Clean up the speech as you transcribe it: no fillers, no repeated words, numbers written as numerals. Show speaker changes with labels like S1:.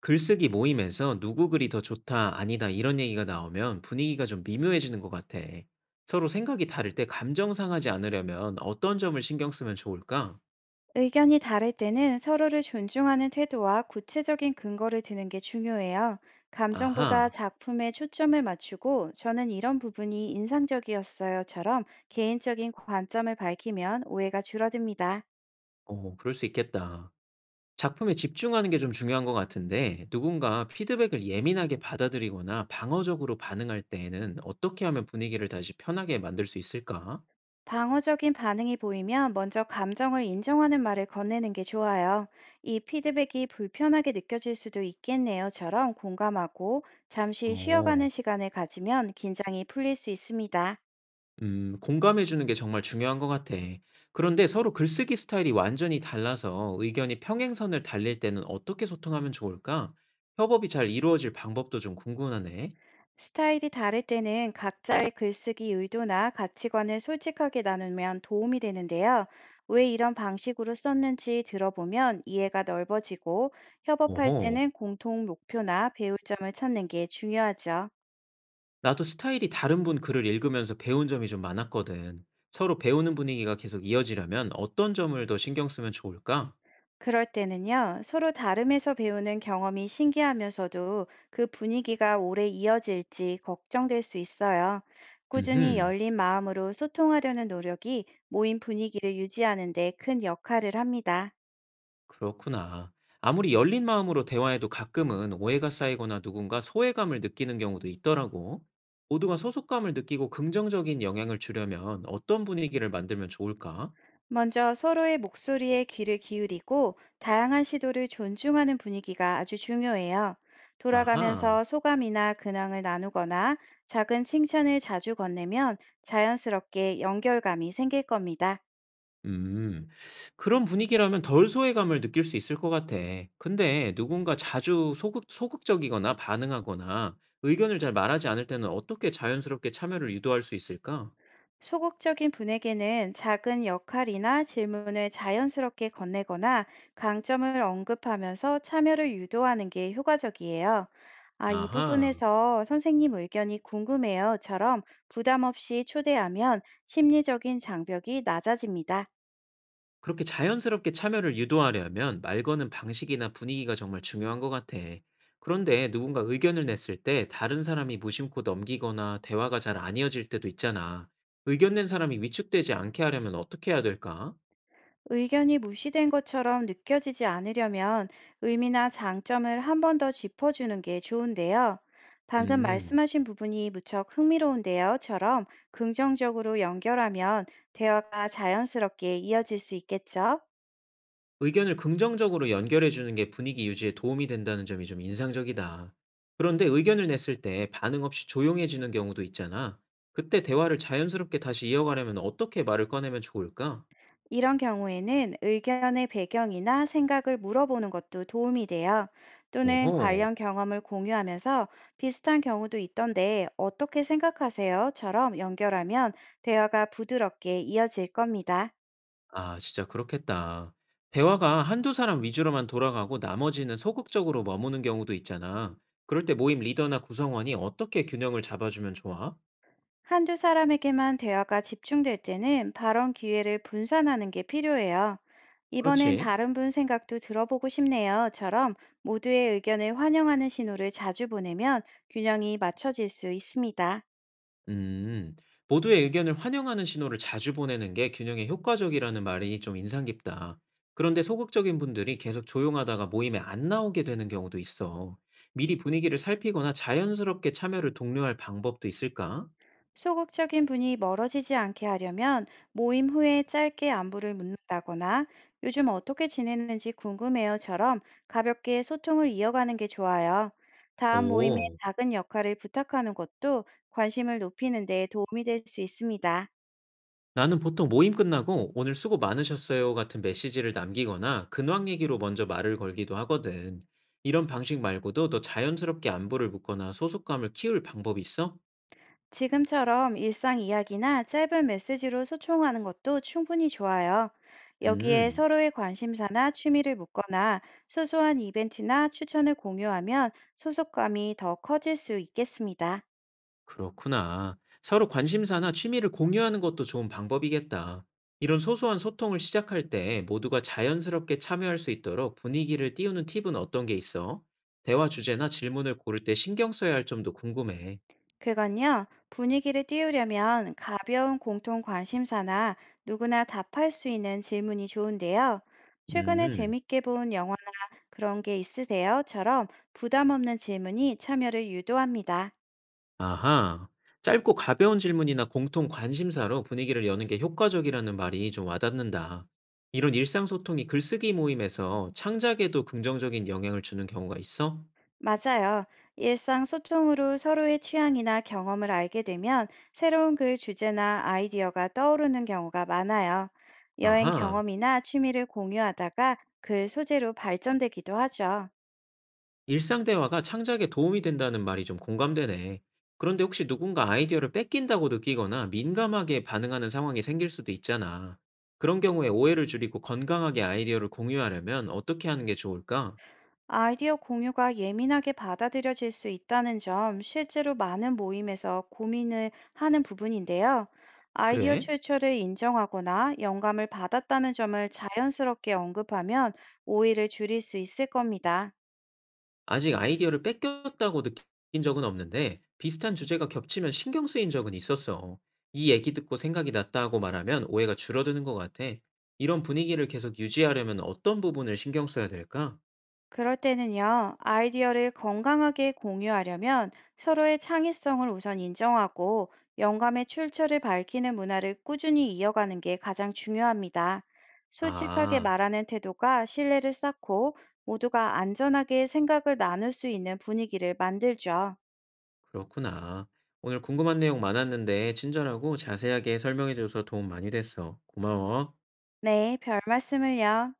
S1: 글쓰기 모임에서 누구 글이 더 좋다, 아니다 이런 얘기가 나오면 분위기가 좀 미묘해지는 것 같아. 서로 생각이 다를 때 감정 상하지 않으려면 어떤 점을 신경 쓰면 좋을까?
S2: 의견이 다를 때는 서로를 존중하는 태도와 구체적인 근거를 드는 게 중요해요. 감정보다
S1: 아하,
S2: 작품에 초점을 맞추고, 저는 이런 부분이 인상적이었어요처럼 개인적인 관점을 밝히면 오해가 줄어듭니다.
S1: 어, 그럴 수 있겠다. 작품에 집중하는 게 좀 중요한 것 같은데 누군가 피드백을 예민하게 받아들이거나 방어적으로 반응할 때에는 어떻게 하면 분위기를 다시 편하게 만들 수 있을까?
S2: 방어적인 반응이 보이면 먼저 감정을 인정하는 말을 건네는 게 좋아요. 이 피드백이 불편하게 느껴질 수도 있겠네요처럼 공감하고, 잠시 쉬어가는
S1: 어.
S2: 시간을 가지면 긴장이 풀릴 수 있습니다.
S1: 공감해 주는 게 정말 중요한 것 같아. 그런데 서로 글쓰기 스타일이 완전히 달라서 의견이 평행선을 달릴 때는 어떻게 소통하면 좋을까? 협업이 잘 이루어질 방법도 좀 궁금하네.
S2: 스타일이 다를 때는 각자의 글쓰기 의도나 가치관을 솔직하게 나누면 도움이 되는데요, 왜 이런 방식으로 썼는지 들어보면 이해가 넓어지고, 협업할
S1: 오호,
S2: 때는 공통 목표나 배울 점을 찾는 게 중요하죠.
S1: 나도 스타일이 다른 분 글을 읽으면서 배운 점이 좀 많았거든. 서로 배우는 분위기가 계속 이어지려면 어떤 점을 더 신경 쓰면 좋을까?
S2: 그럴 때는요, 서로 다름에서 배우는 경험이 신기하면서도 그 분위기가 오래 이어질지 걱정될 수 있어요. 꾸준히
S1: 음흠.
S2: 열린 마음으로 소통하려는 노력이 모임 분위기를 유지하는 데 큰 역할을 합니다.
S1: 그렇구나. 아무리 열린 마음으로 대화해도 가끔은 오해가 쌓이거나 누군가 소외감을 느끼는 경우도 있더라고. 모두가 소속감을 느끼고 긍정적인 영향을 주려면 어떤 분위기를 만들면 좋을까?
S2: 먼저 서로의 목소리에 귀를 기울이고, 다양한 시도를 존중하는 분위기가 아주 중요해요.
S1: 아하.
S2: 돌아가면서 소감이나 근황을 나누거나, 작은 칭찬을 자주 건네면 자연스럽게 연결감이 생길 겁니다.
S1: 음. 그런 분위기라면 덜 소외감을 느낄 수 있을 것 같아. 근데 누군가 자주 소극적이거나 반응하거나 의견을 잘 말하지 않을 때는 어떻게 자연스럽게 참여를 유도할 수 있을까?
S2: 소극적인 분에게는 작은 역할이나 질문을 자연스럽게 건네거나, 강점을 언급하면서 참여를 유도하는 게 효과적이에요. 아, 이
S1: 아하.
S2: 부분에서 선생님 의견이 궁금해요처럼 부담 없이 초대하면 심리적인 장벽이 낮아집니다.
S1: 그렇게 자연스럽게 참여를 유도하려면 말 거는 방식이나 분위기가 정말 중요한 것 같아. 그런데 누군가 의견을 냈을 때 다른 사람이 무심코 넘기거나 대화가 잘 안 이어질 때도 있잖아. 의견 낸 사람이 위축되지 않게 하려면 어떻게 해야 될까?
S2: 의견이 무시된 것처럼 느껴지지 않으려면, 의미나 장점을 한 번 더 짚어주는 게 좋은데요. 방금
S1: 음,
S2: 말씀하신 부분이 무척 흥미로운데요처럼 긍정적으로 연결하면 대화가 자연스럽게 이어질 수 있겠죠.
S1: 의견을 긍정적으로 연결해 주는 게 분위기 유지에 도움이 된다는 점이 좀 인상적이다. 그런데 의견을 냈을 때 반응 없이 조용해지는 경우도 있잖아. 그때 대화를 자연스럽게 다시 이어가려면 어떻게 말을 꺼내면 좋을까?
S2: 이런 경우에는 의견의 배경이나 생각을 물어보는 것도 도움이 돼요. 또는
S1: 오호.
S2: 관련 경험을 공유하면서, 비슷한 경우도 있던데 어떻게 생각하세요?처럼 연결하면 대화가 부드럽게 이어질 겁니다.
S1: 아 진짜 그렇겠다. 대화가 한두 사람 위주로만 돌아가고 나머지는 소극적으로 머무는 경우도 있잖아. 그럴 때 모임 리더나 구성원이 어떻게 균형을 잡아주면 좋아?
S2: 한두 사람에게만 대화가 집중될 때는 발언 기회를 분산하는 게 필요해요. 이번엔
S1: 그렇지.
S2: 다른 분 생각도 들어보고 싶네요처럼 모두의 의견을 환영하는 신호를 자주 보내면 균형이 맞춰질 수 있습니다.
S1: 음. 모두의 의견을 환영하는 신호를 자주 보내는 게 균형에 효과적이라는 말이 좀 인상 깊다. 그런데 소극적인 분들이 계속 조용하다가 모임에 안 나오게 되는 경우도 있어. 미리 분위기를 살피거나 자연스럽게 참여를 독려할 방법도 있을까?
S2: 소극적인 분이 멀어지지 않게 하려면, 모임 후에 짧게 안부를 묻는다거나, 요즘 어떻게 지내는지 궁금해요처럼 가볍게 소통을 이어가는 게 좋아요. 다음 모임에
S1: 오.
S2: 작은 역할을 부탁하는 것도 관심을 높이는 데 도움이 될 수 있습니다.
S1: 나는 보통 모임 끝나고 "오늘 수고 많으셨어요." 같은 메시지를 남기거나 근황 얘기로 먼저 말을 걸기도 하거든. 이런 방식 말고도 더 자연스럽게 안부를 묻거나 소속감을 키울 방법이 있어?
S2: 지금처럼 일상 이야기나 짧은 메시지로 소통하는 것도 충분히 좋아요. 여기에
S1: 음,
S2: 서로의 관심사나 취미를 묻거나, 소소한 이벤트나 추천을 공유하면 소속감이 더 커질 수 있겠습니다.
S1: 그렇구나. 서로 관심사나 취미를 공유하는 것도 좋은 방법이겠다. 이런 소소한 소통을 시작할 때 모두가 자연스럽게 참여할 수 있도록 분위기를 띄우는 팁은 어떤 게 있어? 대화 주제나 질문을 고를 때 신경 써야 할 점도 궁금해.
S2: 그건요, 분위기를 띄우려면 가벼운 공통 관심사나 누구나 답할 수 있는 질문이 좋은데요. 최근에
S1: 음.
S2: 재밌게 본 영화나 그런 게 있으세요?처럼 부담 없는 질문이 참여를 유도합니다.
S1: 아하. 짧고 가벼운 질문이나 공통 관심사로 분위기를 여는 게 효과적이라는 말이 좀 와닿는다. 이런 일상소통이 글쓰기 모임에서 창작에도 긍정적인 영향을 주는 경우가 있어?
S2: 맞아요. 일상 소통으로 서로의 취향이나 경험을 알게 되면 새로운 그 주제나 아이디어가 떠오르는 경우가 많아요. 여행
S1: 아하.
S2: 경험이나 취미를 공유하다가 그 소재로 발전되기도 하죠.
S1: 일상대화가 창작에 도움이 된다는 말이 좀 공감되네. 그런데 혹시 누군가 아이디어를 뺏긴다고 느끼거나 민감하게 반응하는 상황이 생길 수도 있잖아. 그런 경우에 오해를 줄이고 건강하게 아이디어를 공유하려면 어떻게 하는 게 좋을까?
S2: 아이디어 공유가 예민하게 받아들여질 수 있다는 점, 실제로 많은 모임에서 고민을 하는 부분인데요. 아이디어
S1: 그래?
S2: 출처를 인정하거나 영감을 받았다는 점을 자연스럽게 언급하면 오해를 줄일 수 있을 겁니다.
S1: 아직 아이디어를 뺏겼다고 느낀 적은 없는데 비슷한 주제가 겹치면 신경 쓰인 적은 있었어. 이 얘기 듣고 생각이 났다 고 말하면 오해가 줄어드는 것 같아. 이런 분위기를 계속 유지하려면 어떤 부분을 신경 써야 될까?
S2: 그럴 때는요, 아이디어를 건강하게 공유하려면 서로의 창의성을 우선 인정하고, 영감의 출처를 밝히는 문화를 꾸준히 이어가는 게 가장 중요합니다. 솔직하게
S1: 아,
S2: 말하는 태도가 신뢰를 쌓고, 모두가 안전하게 생각을 나눌 수 있는 분위기를 만들죠.
S1: 그렇구나. 오늘 궁금한 내용 많았는데 친절하고 자세하게 설명해줘서 도움 많이 됐어. 고마워.
S2: 네, 별 말씀을요.